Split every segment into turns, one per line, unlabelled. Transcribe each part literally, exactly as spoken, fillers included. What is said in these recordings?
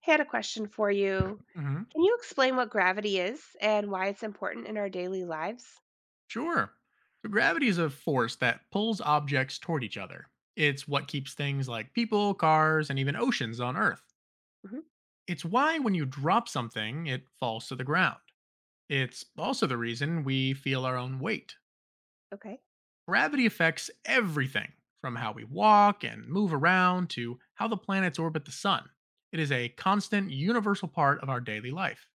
Had a question for you.
Hmm.
Can you explain what gravity is and why it's important in our daily lives?
Sure. So gravity is a force that pulls objects toward each other. It's what keeps things like people, cars, and even oceans on Earth.
Hmm.
It's why when you drop something, it falls to the ground. It's also the reason we feel our own weight.
Okay.
Gravity affects everything from how we walk and move around to how the planets orbit the sun. It is a constant, universal part of our daily life.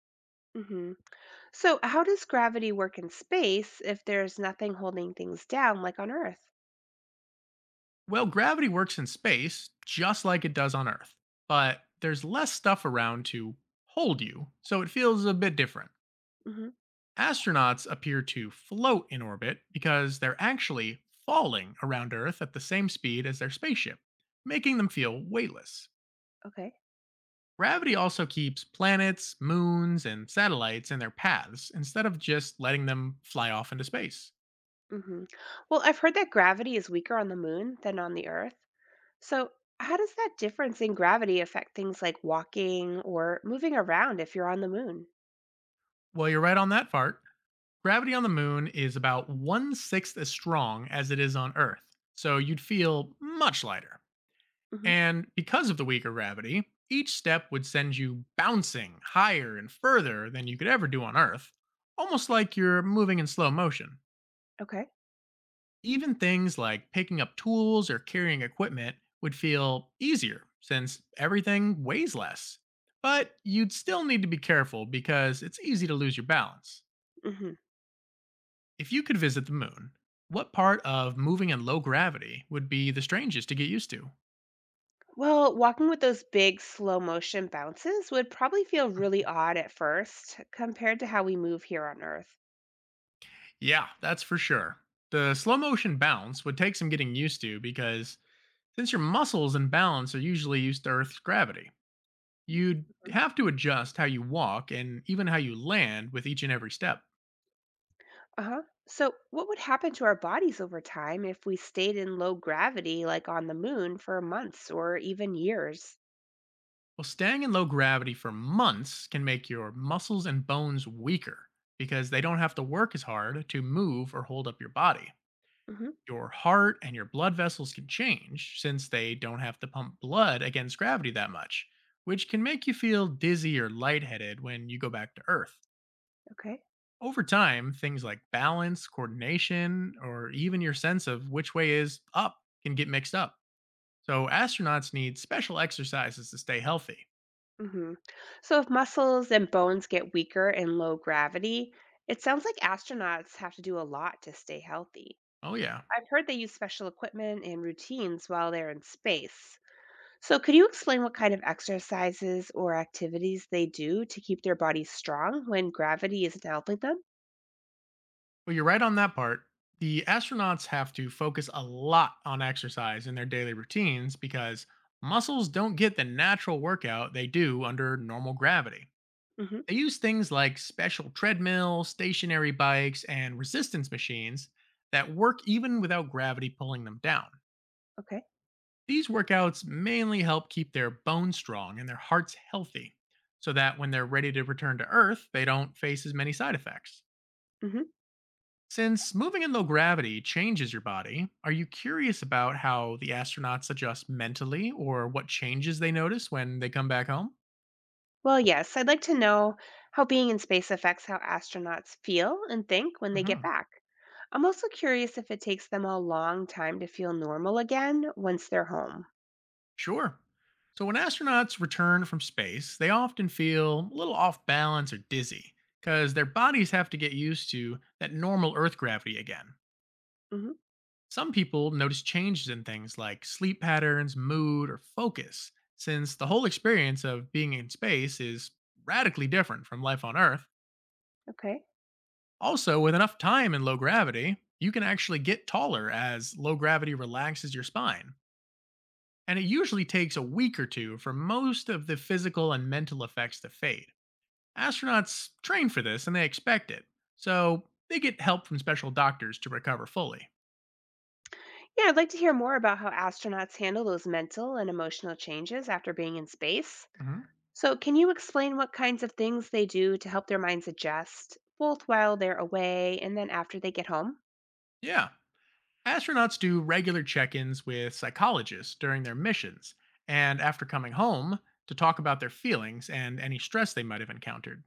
Hmm. So, how does gravity work in space if there's nothing holding things down, like on Earth?
Well, gravity works in space just like it does on Earth, but there's less stuff around to hold you, so it feels a bit different.
Hmm.
Astronauts appear to float in orbit because they're actually falling around Earth at the same speed as their spaceship, making them feel weightless.
Okay.
Gravity also keeps planets, moons, and satellites in their paths instead of just letting them fly off into space.
Hmm. Well, I've heard that gravity is weaker on the moon than on the Earth. So, how does that difference in gravity affect things like walking or moving around if you're on the moon?
Well, you're right on that part. Gravity on the moon is about one sixth as strong as it is on Earth, so you'd feel much lighter.
Hmm.
And because of the weaker gravity, each step would send you bouncing higher and further than you could ever do on Earth, almost like you're moving in slow motion.
Okay.
Even things like picking up tools or carrying equipment would feel easier since everything weighs less. But you'd still need to be careful because it's easy to lose your balance.
Mhm.
If you could visit the moon, what part of moving in low gravity would be the strangest to get used to?
Well, walking with those big slow motion bounces would probably feel really odd at first compared to how we move here on Earth.
Yeah, that's for sure. The slow motion bounce would take some getting used to because since your muscles and balance are usually used to Earth's gravity, you'd
Mhm.
have to adjust how you walk and even how you land with each and every step.
Uh-huh. So, what would happen to our bodies over time if we stayed in low gravity like on the moon for months or even years?
Well, staying in low gravity for months can make your muscles and bones weaker because they don't have to work as hard to move or hold up your body.
Hmm.
Your heart and your blood vessels can change since they don't have to pump blood against gravity that much, which can make you feel dizzy or lightheaded when you go back to Earth.
Okay.
Over time, things like balance, coordination, or even your sense of which way is up can get mixed up. So, astronauts need special exercises to stay healthy.
Hmm. So, if muscles and bones get weaker in low gravity, it sounds like astronauts have to do a lot to stay healthy.
Oh, yeah.
I've heard they use special equipment and routines while they're in space. So, could you explain what kind of exercises or activities they do to keep their bodies strong when gravity isn't helping them?
Well, you're right on that part. The astronauts have to focus a lot on exercise in their daily routines because muscles don't get the natural workout they do under normal gravity.
Hmm.
They use things like special treadmills, stationary bikes, and resistance machines that work even without gravity pulling them down.
Okay.
These workouts mainly help keep their bones strong and their hearts healthy so that when they're ready to return to Earth, they don't face as many side effects.
Hmm.
Since moving in low gravity changes your body, are you curious about how the astronauts adjust mentally or what changes they notice when they come back home?
Well, yes, I'd like to know how being in space affects how astronauts feel and think when they get
Hmm.
back. I'm also curious if it takes them a long time to feel normal again once they're home.
Sure. So, when astronauts return from space, they often feel a little off balance or dizzy because their bodies have to get used to that normal Earth gravity again.
Hmm.
Some people notice changes in things like sleep patterns, mood, or focus, since the whole experience of being in space is radically different from life on Earth.
Okay.
Also, with enough time in low gravity, you can actually get taller as low gravity relaxes your spine, and it usually takes a week or two for most of the physical and mental effects to fade. Astronauts train for this and they expect it, so they get help from special doctors to recover fully.
Yeah, I'd like to hear more about how astronauts handle those mental and emotional changes after being in space.
Mhm.
So, can you explain what kinds of things they do to help their minds adjust, both while they're away and then after they get home?
Yeah. Astronauts do regular check ins with psychologists during their missions and after coming home to talk about their feelings and any stress they might have encountered.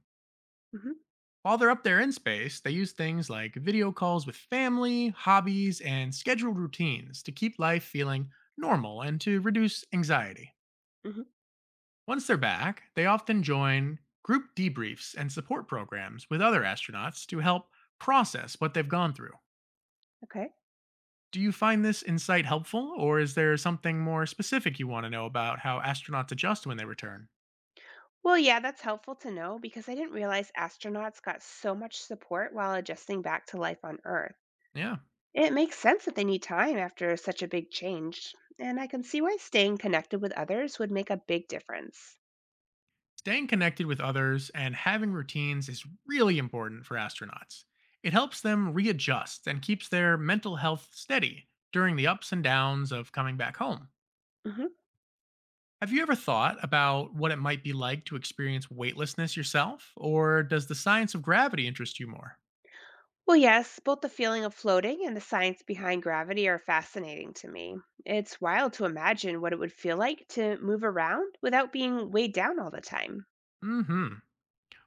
Hmm.
While they're up there in space, they use things like video calls with family, hobbies, and scheduled routines to keep life feeling normal and to reduce anxiety.
Hmm.
Once they're back, they often join group debriefs and support programs with other astronauts to help process what they've gone through.
Okay.
Do you find this insight helpful, or is there something more specific you want to know about how astronauts adjust when they return?
Well, yeah, that's helpful to know because I didn't realize astronauts got so much support while adjusting back to life on Earth.
Yeah.
It makes sense that they need time after such a big change, and I can see why staying connected with others would make a big difference.
Staying connected with others and having routines is really important for astronauts. It helps them readjust and keeps their mental health steady during the ups and downs of coming back home.
Mm-hmm.
Have you ever thought about what it might be like to experience weightlessness yourself, or does the science of gravity interest you more?
Well, yes, both the feeling of floating and the science behind gravity are fascinating to me. It's wild to imagine what it would feel like to move around without being weighed down all the time.
Hmm.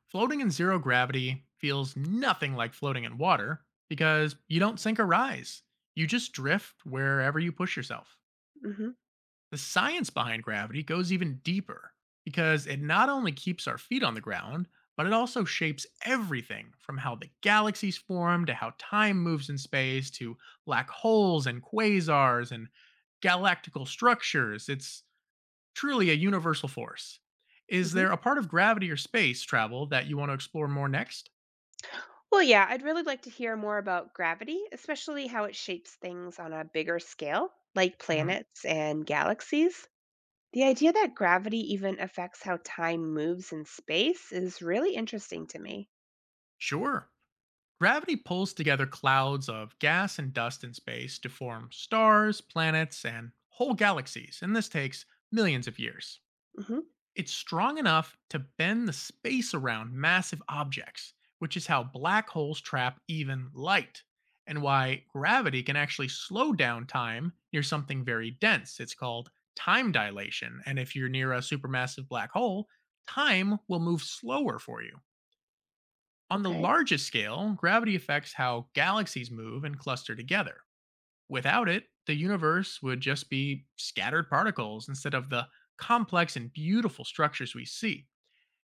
Floating in zero gravity feels nothing like floating in water because you don't sink or rise. You just drift wherever you push yourself.
Hmm.
The science behind gravity goes even deeper because it not only keeps our feet on the ground, but it also shapes everything from how the galaxies form to how time moves in space to black holes and quasars and galactical structures. It's truly a universal force. Is
Hmm.
there a part of gravity or space travel that you want to explore more next?
Well, yeah, I'd really like to hear more about gravity, especially how it shapes things on a bigger scale, like
Mhm.
planets and galaxies. The idea that gravity even affects how time moves in space is really interesting to me.
Sure. Gravity pulls together clouds of gas and dust in space to form stars, planets, and whole galaxies, and this takes millions of years.
Hmm.
It's strong enough to bend the space around massive objects, which is how black holes trap even light, and why gravity can actually slow down time near something very dense. It's called time dilation, and if you're near a supermassive black hole, time will move slower for you. On the
Okay.
largest scale, gravity affects how galaxies move and cluster together. Without it, the universe would just be scattered particles instead of the complex and beautiful structures we see.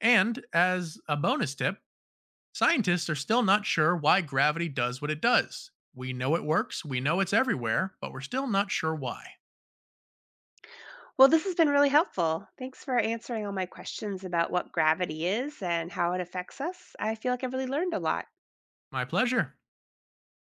And as a bonus tip, scientists are still not sure why gravity does what it does. We know it works, we know it's everywhere, but we're still not sure why.
Well, this has been really helpful. Thanks for answering all my questions about what gravity is and how it affects us. I feel like I really learned a lot.
My pleasure.